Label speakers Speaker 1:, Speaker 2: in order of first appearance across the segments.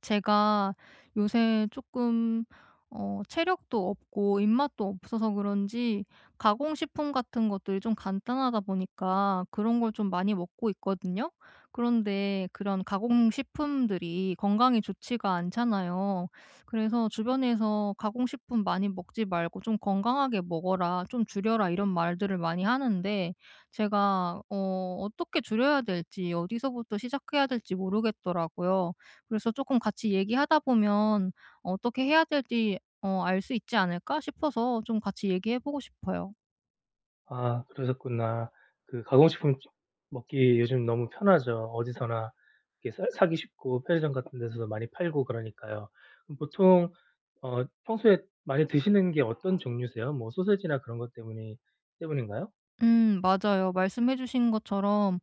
Speaker 1: 제가 요새 조금 체력도 없고 입맛도 없어서 그런지 가공식품 같은 것들이 좀 간단하다 보니까 그런 걸 좀 많이 먹고 있거든요. 그런데 그런 가공식품들이 건강에 좋지가 않잖아요. 그래서 주변에서 "가공식품 많이 먹지 말고 좀 건강하게 먹어라. 좀 줄여라." 이런 말들을 많이 하는데, 제가 어떻게 줄여야 될지, 어디서부터 시작해야 될지 모르겠더라고요. 그래서 조금 같이 얘기하다 보면 어떻게 해야 될지 알 수 있지 않을까 싶어서 좀 같이 얘기해 보고 싶어요.
Speaker 2: 아 그러셨구나. 그 가공식품 먹기 요즘 너무 편하죠. 어디서나 이렇게 사 사기 쉽고 편의점 같은 데서도 많이 팔고 그러니까요. 그럼 보통 평소에 많이 드시는 게 어떤 종류세요? 뭐 소시지나 그런 것 때문이 때문인가요?
Speaker 1: 맞아요. 말씀해 주신 것처럼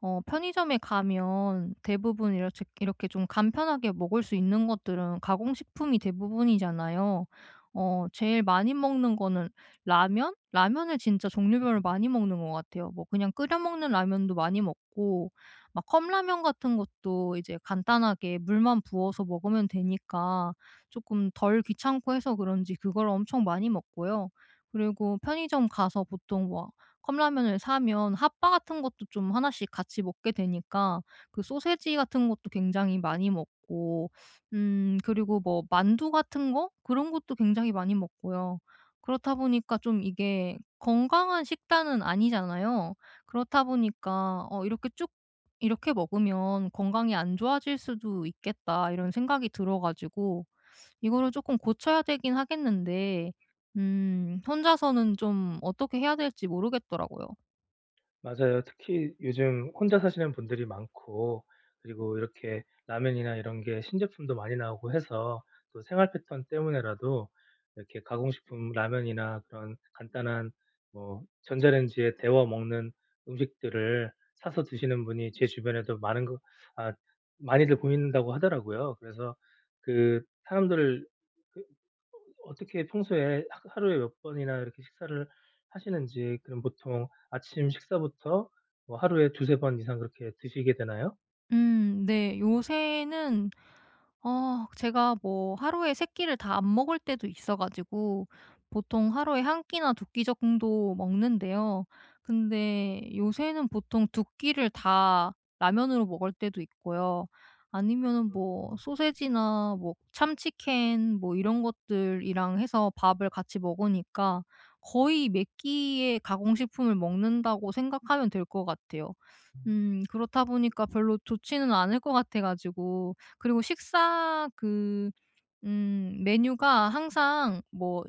Speaker 1: 편의점에 가면 대부분 이렇게 좀 간편하게 먹을 수 있는 것들은 가공식품이 대부분이잖아요. 제일 많이 먹는 거는 라면? 라면을 진짜 종류별로 많이 먹는 것 같아요. 뭐 그냥 끓여 먹는 라면도 많이 먹고, 막 컵라면 같은 것도 이제 간단하게 물만 부어서 먹으면 되니까 조금 덜 귀찮고 해서 그런지 그걸 엄청 많이 먹고요. 그리고 편의점 가서 보통 뭐 컵라면을 사면 핫바 같은 것도 좀 하나씩 같이 먹게 되니까 그 소시지 같은 것도 굉장히 많이 먹고, 그리고 뭐 만두 같은 거 그런 것도 굉장히 많이 먹고요. 그렇다 보니까 좀 이게 건강한 식단은 아니잖아요. 그렇다 보니까 이렇게 쭉 이렇게 먹으면 건강이 안 좋아질 수도 있겠다.' 이런 생각이 들어 가지고, 이거를 조금 고쳐야 되긴 하겠는데 혼자서는 좀 어떻게 해야 될지 모르겠더라고요.
Speaker 2: 맞아요. 특히 요즘 혼자 사시는 분들이 많고, 그리고 이렇게 라면이나 이런 게 신제품도 많이 나오고 해서 또 생활 패턴 때문에라도 이렇게 가공식품, 라면이나 그런 간단한, 뭐 전자레인지에 데워 먹는 음식들을 사서 드시는 분이 제 주변에도 많은 거 아 많이들 보인다고 하더라고요. 그래서 그 사람들을, 그 어떻게 평소에 하 하루에 몇 번이나 이렇게 식사를 하시는지, 그럼 보통 아침 식사부터 뭐 하루에 2, 3번 이상 그렇게 드시게 되나요?
Speaker 1: 네. 요새는 제가 뭐 하루에 3 끼를 다 안 먹을 때도 있어 가지고 보통 하루에 한 끼나 2끼 정도 먹는데요. 근데 요새는 보통 2 끼를 다 라면으로 먹을 때도 있고요. 아니면은 뭐 소세지나 뭐 참치캔 뭐 이런 것들이랑 해서 밥을 같이 먹으니까 거의 몇 끼의 가공식품을 먹는다고 생각하면 될 것 같아요. 그렇다 보니까 별로 좋지는 않을 것 같아 가지고. 그리고 식사 메뉴가 항상 뭐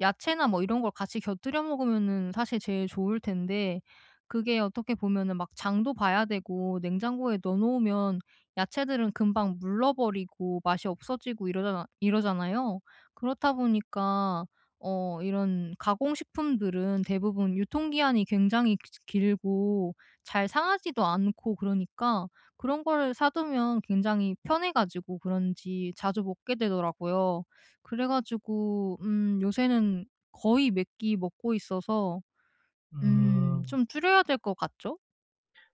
Speaker 1: 야채나 뭐 이런 걸 같이 곁들여 먹으면은 사실 제일 좋을 텐데, 그게 어떻게 보면은 막 장도 봐야 되고, 냉장고에 넣어 놓으면 야채들은 금방 물러버리고 맛이 없어지고 이러잖아요. 그렇다 보니까 이런 가공식품들은 대부분 유통기한이 굉장히 기 길고 잘 상하지도 않고 그러니까, 그런 거를 사두면 굉장히 편해 가지고 그런지 자주 먹게 되더라고요. 그래 가지고 요새는 거의 몇 끼 먹고 있어서
Speaker 2: 음.
Speaker 1: 좀 줄여야 될 것 같죠?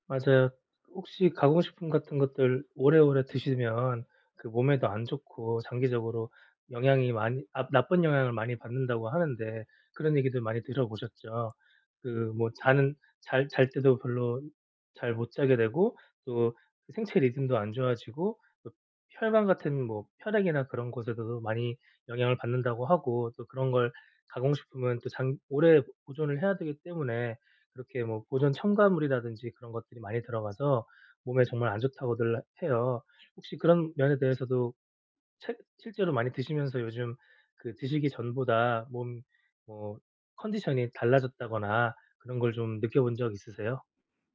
Speaker 2: 맞아요. 혹시 가공식품 같은 것들 오래오래 드시면 그 몸에도 안 좋고, 장기적으로 영향이 많이, 나쁜 영향을 많이 받는다고 하는데, 그런 얘기들 많이 들어보셨죠? 그 뭐 자는 잘 때도 별로 잘 못 자게 되고, 또 그 생체 리듬도 안 좋아지고, 또 혈관 같은, 뭐 혈액이나 그런 곳에서도 많이 영향을 받는다고 하고, 또 그런 걸, 가공식품은 또 장 오래 보존을 해야 되기 때문에 그렇게 뭐 보존 첨가물이라든지 그런 것들이 많이 들어가서 몸에 정말 안 좋다고들 해요. 혹시 그런 면에 대해서도 체 실제로 많이 드시면서 요즘 그 드시기 전보다 몸, 뭐 컨디션이 달라졌다거나 그런 걸 좀 느껴본 적 있으세요?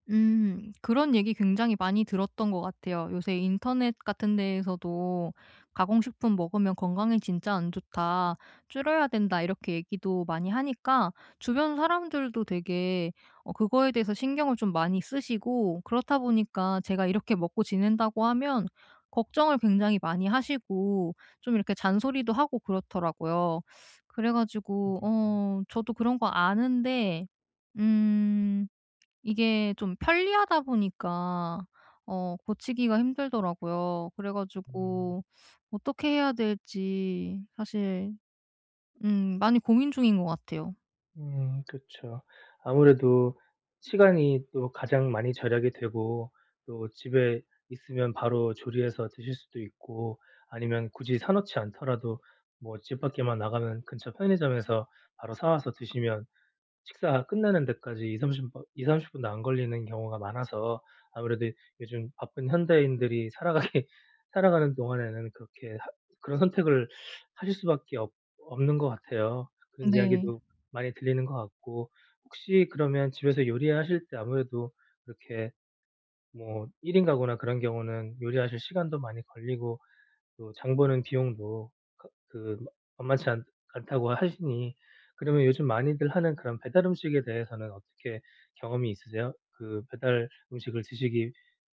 Speaker 1: 음. 그런 얘기 굉장히 많이 들었던 것 같아요. 요새 인터넷 같은 데에서도 "가공식품 먹으면 건강에 진짜 안 좋다. 줄여야 된다." 이렇게 얘기도 많이 하니까 주변 사람들도 되게 그거에 대해서 신경을 좀 많이 쓰시고, 그렇다 보니까 제가 이렇게 먹고 지낸다고 하면 걱정을 굉장히 많이 하시고 좀 이렇게 잔소리도 하고 그렇더라고요. 그래
Speaker 2: 음.
Speaker 1: 가지고 저도 그런 거 아는데 음 이게 좀 편리하다 보니까 고치기가 힘들더라고요. 그래
Speaker 2: 음.
Speaker 1: 가지고 어떻게 해야 될지 사실 많이 고민 중인 것 같아요.
Speaker 2: 그쵸. 아무래도 시간이 또 가장 많이 절약이 되고, 또 집에 있으면 바로 조리해서 드실 수도 있고, 아니면 굳이 사 놓지 않더라도 뭐 집 밖에만 나가면 근처 편의점에서 바로 사 와서 드시면 식사 끝나는 데까지 2삼3 0분이 30분도 안 걸리는 경우가 많아서, 아무래도 요즘 바쁜 현대인들이 살아가기 살아가는 동안에는 그렇게 하 그런 선택을 하실 수밖에 없 없는 것 같아요. 그런
Speaker 1: 네.
Speaker 2: 이야기도 많이 들리는 것 같고. 혹시 그러면 집에서 요리하실 때, 아무래도 그렇게 뭐 1 인 가구나 그런 경우는 요리하실 시간도 많이 걸리고, 또 장 보는 비용도 그 만만치 않 않다고 하시니, 그러면 요즘 많이들 하는 그런 배달 음식에 대해서는 어떻게 경험이 있으세요? 그 배달 음식을 드시기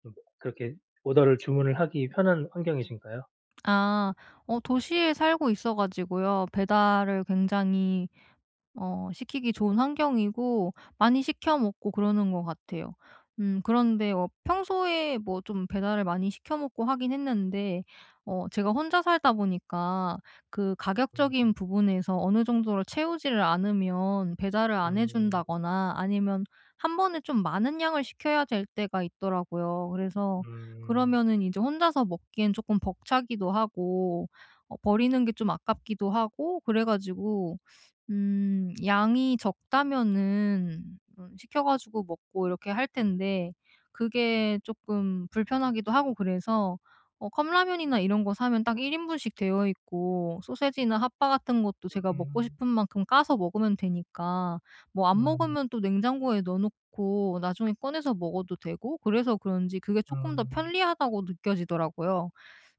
Speaker 2: 좀 그렇게 오더를 주문을 하기 편한 환경이신가요?
Speaker 1: 아. 도시에 살고 있어 가지고요. 배달을 굉장히 시키기 좋은 환경이고, 많이 시켜 먹고 그러는 것 같아요. 그런데 평소에 뭐 좀 배달을 많이 시켜 먹고 하긴 했는데, 제가 혼자 살다 보니까 그
Speaker 2: 음.
Speaker 1: 가격적인 부분에서 어느 정도로 채우지를 않으면 배달을 안 해
Speaker 2: 음.
Speaker 1: 준다거나, 아니면 한 번에 좀 많은 양을 시켜야 될 때가 있더라고요. 그래서
Speaker 2: 음.
Speaker 1: 그러면은 이제 혼자서 먹기엔 조금 벅차기도 하고, 버리는 게 좀 아깝기도 하고 그래 가지고 양이 적다면은 시켜 가지고 먹고 이렇게 할 텐데, 그게 조금 불편하기도 하고 그래서 컵라면이나 이런 거 사면 딱 1 인분씩 되어 있고, 소세지나 핫바 같은 것도 제가 먹고
Speaker 2: 음.
Speaker 1: 싶은 만큼 까서 먹으면 되니까, 뭐 안
Speaker 2: 음.
Speaker 1: 먹으면 또 냉장고에 넣어 놓고 나중에 꺼내서 먹어도 되고, 그래서 그런지 그게
Speaker 2: 음.
Speaker 1: 조금 더
Speaker 2: 음.
Speaker 1: 편리하다고 느껴지더라고요.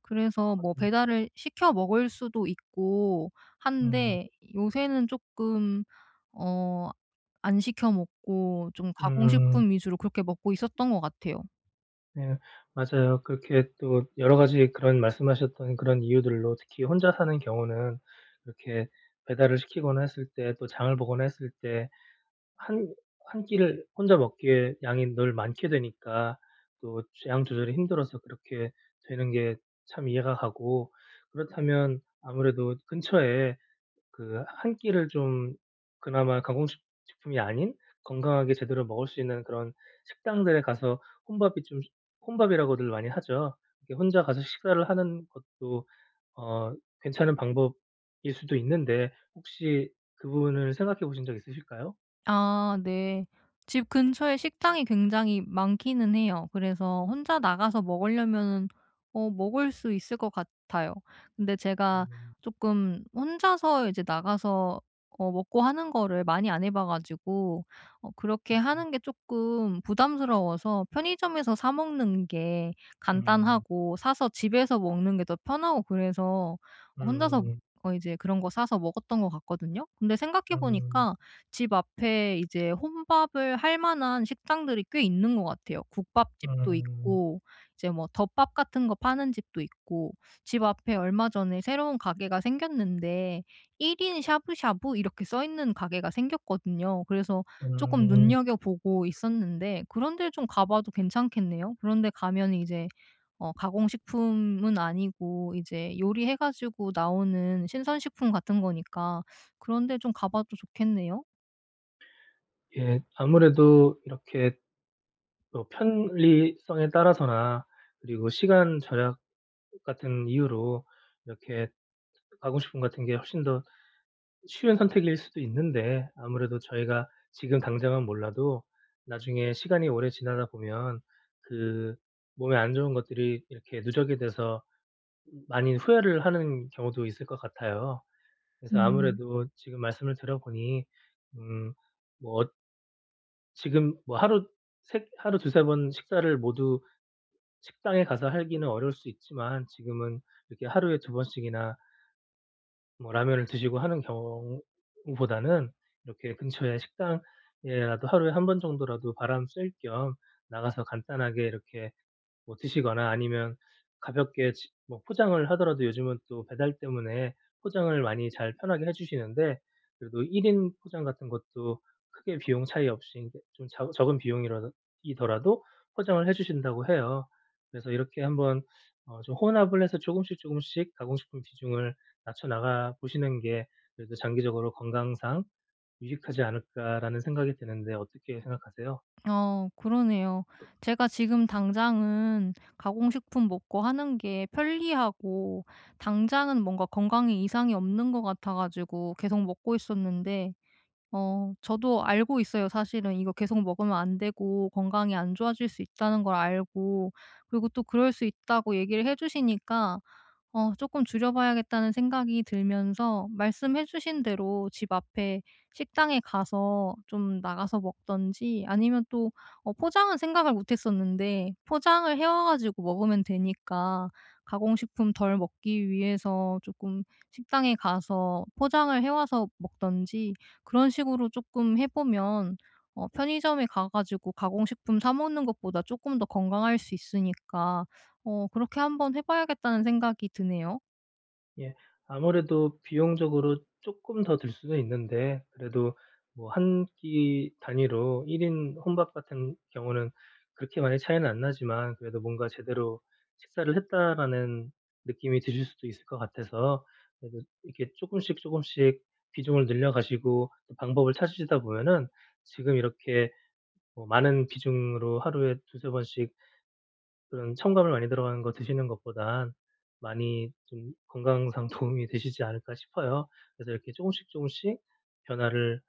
Speaker 1: 그래서 뭐 배달을 시켜 먹을 수도 있고
Speaker 2: 음.
Speaker 1: 한데,
Speaker 2: 음.
Speaker 1: 요새는 조금 어 안 시켜 먹고 좀
Speaker 2: 음.
Speaker 1: 가공식품 위주로 그렇게 먹고 있었던 것 같아요.
Speaker 2: 네. 맞아요. 그렇게 또 여러 가지 그런 말씀하셨던 그런 이유들로, 특히 혼자 사는 경우는 이렇게 배달을 시키거나 했을 때, 또 장을 보거나 했을 때 한 한 끼를 혼자 먹기에 양이 늘 많게 되니까, 또 양 조절이 힘들어서 그렇게 되는 게 참 이해가 가고. 그렇다면 아무래도 근처에 그 한 끼를 좀, 그나마 가공식 품이 아닌 건강하게 제대로 먹을 수 있는 그런 식당들에 가서, 혼밥이 좀 혼밥이라고들 많이 하죠. 이렇게 혼자 가서 식사를 하는 것도 어 괜찮은 방법일 수도 있는데, 혹시 그 부분을 생각해 보신 적 있으실까요?
Speaker 1: 아 네. 집 근처에 식당이 굉장히 많기는 해요. 그래서 혼자 나가서 먹으려면은 먹을 수 있을 것 같아요. 근데 제가
Speaker 2: 음.
Speaker 1: 조금 혼자서 이제 나가서 먹고 하는 거를 많이 안 해봐 가지고 그렇게
Speaker 2: 음.
Speaker 1: 하는 게 조금 부담스러워서 편의점에서 사 먹는 게
Speaker 2: 음.
Speaker 1: 간단하고, 사서 집에서 먹는 게 더 편하고 그래서 혼자서 이제 그런 거 사서 먹었던 것 같거든요. 근데 생각해
Speaker 2: 음.
Speaker 1: 보니까 집 앞에 이제 혼밥을 할 만한 식당들이 꽤 있는 것 같아요. 국밥집도
Speaker 2: 음.
Speaker 1: 있고, 이제 뭐 덮밥 같은 거 파는 집도 있고, 집 앞에 얼마 전에 새로운 가게가 생겼는데 1인 샤브샤브 이렇게 써 있는 가게가 생겼거든요. 그래서 조금
Speaker 2: 음.
Speaker 1: 눈여겨보고 있었는데, 그런 데를 좀 가 봐도 괜찮겠네요. 그런 데 가면 이제 가공식품은 아니고 이제 요리해 가지고 나오는 신선식품 같은 거니까, 그런 데 좀 가 봐도 좋겠네요.
Speaker 2: 예. 아무래도 이렇게 또 편리성에 따라서나 그리고 시간 절약 같은 이유로 이렇게 가공식품 같은 게 훨씬 더 쉬운 선택일 수도 있는데, 아무래도 저희가 지금 당장은 몰라도 나중에 시간이 오래 지나다 보면 그 몸에 안 좋은 것들이 이렇게 누적이 돼서 많이 후회를 하는 경우도 있을 것 같아요. 그래서
Speaker 1: 음.
Speaker 2: 아무래도 지금 말씀을 들어보니 음 뭐 지금 뭐 하루 두세 번 식사를 모두 식당에 가서 하기는 어려울 수 있지만, 지금은 이렇게 하루에 2번씩이나 뭐 라면을 드시고 하는 경우보다는, 이렇게 근처에 식당에라도 하루에 한번 정도라도 바람 쐴 겸 나가서 간단하게 이렇게 뭐 드시거나, 아니면 가볍게 지 뭐 포장을 하더라도 요즘은 또 배달 때문에 포장을 많이 잘 편하게 해 주시는데, 그래도 1인 포장 같은 것도 크게 비용 차이 없이, 이게 좀 적은 비용이 이더라도 포장을 해 주신다고 해요. 그래서 이렇게 한번 좀 혼합을 해서 조금씩 조금씩 가공식품 비중을 낮춰 나가 보시는 게 그래도 '장기적으로 건강상 유익하지 않을까.'라는 생각이 드는데, 어떻게 생각하세요?
Speaker 1: 그러네요. 제가 지금 당장은 가공식품 먹고 하는 게 편리하고, 당장은 뭔가 건강에 이상이 없는 것 같아 가지고 계속 먹고 있었는데, 저도 알고 있어요, 사실은. 이거 계속 먹으면 안 되고 건강이 안 좋아질 수 있다는 걸 알고, 그리고 또 그럴 수 있다고 얘기를 해 주시니까 조금 줄여 봐야겠다는 생각이 들면서, 말씀해 주신 대로 집 앞에 식당에 가서 좀 나가서 먹든지, 아니면 또 포장은 생각을 못 했었는데 포장을 해와 가지고 먹으면 되니까 가공식품 덜 먹기 위해서 조금 식당에 가서 포장을 해 와서 먹든지, 그런 식으로 조금 해 보면 편의점에 가 가지고 가공식품 사 먹는 것보다 조금 더 건강할 수 있으니까 그렇게 한번 해 봐야겠다는 생각이 드네요.
Speaker 2: 예. 아무래도 비용적으로 쪼끔 더 들 수는 있는데, 그래도 뭐 한 끼 단위로 1인 혼밥 같은 경우는 그렇게 많이 차이는 안 나지만, 그래도 뭔가 '제대로 식사를 했다.'라는 느낌이 드실 수도 있을 것 같아서, 그래도 이렇게 쪼금씩 쪼금씩 비중을 늘려가시고 또 방법을 찾으시다 보면은, 지금 이렇게 뭐 많은 비중으로 하루에 2, 3번씩 그런 첨가물 많이 들어가는 거 드시는 것보단 많이 좀 건강상 도움이 되시지 않을까 싶어요. 그래서 이렇게 조금씩 조금씩 변화를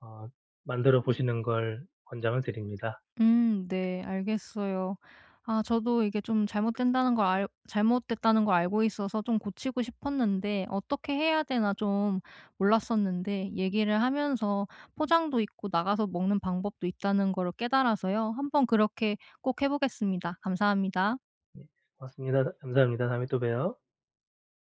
Speaker 2: 어 만들어 보시는 걸 권장을 드립니다.
Speaker 1: 네, 알겠어요. 아, 저도 이게 좀 잘못된다는 걸 알 잘못됐다는 걸 알고 있어서 좀 고치고 싶었는데, 어떻게 해야 되나 좀 몰랐었는데 얘기를 하면서 포장도 있고 나가서 먹는 방법도 있다는 걸 깨달아서요. 한번 그렇게 꼭 해 보겠습니다. 감사합니다.
Speaker 2: 네. 고맙습니다. 감사합니다. 다음에 또 봬요.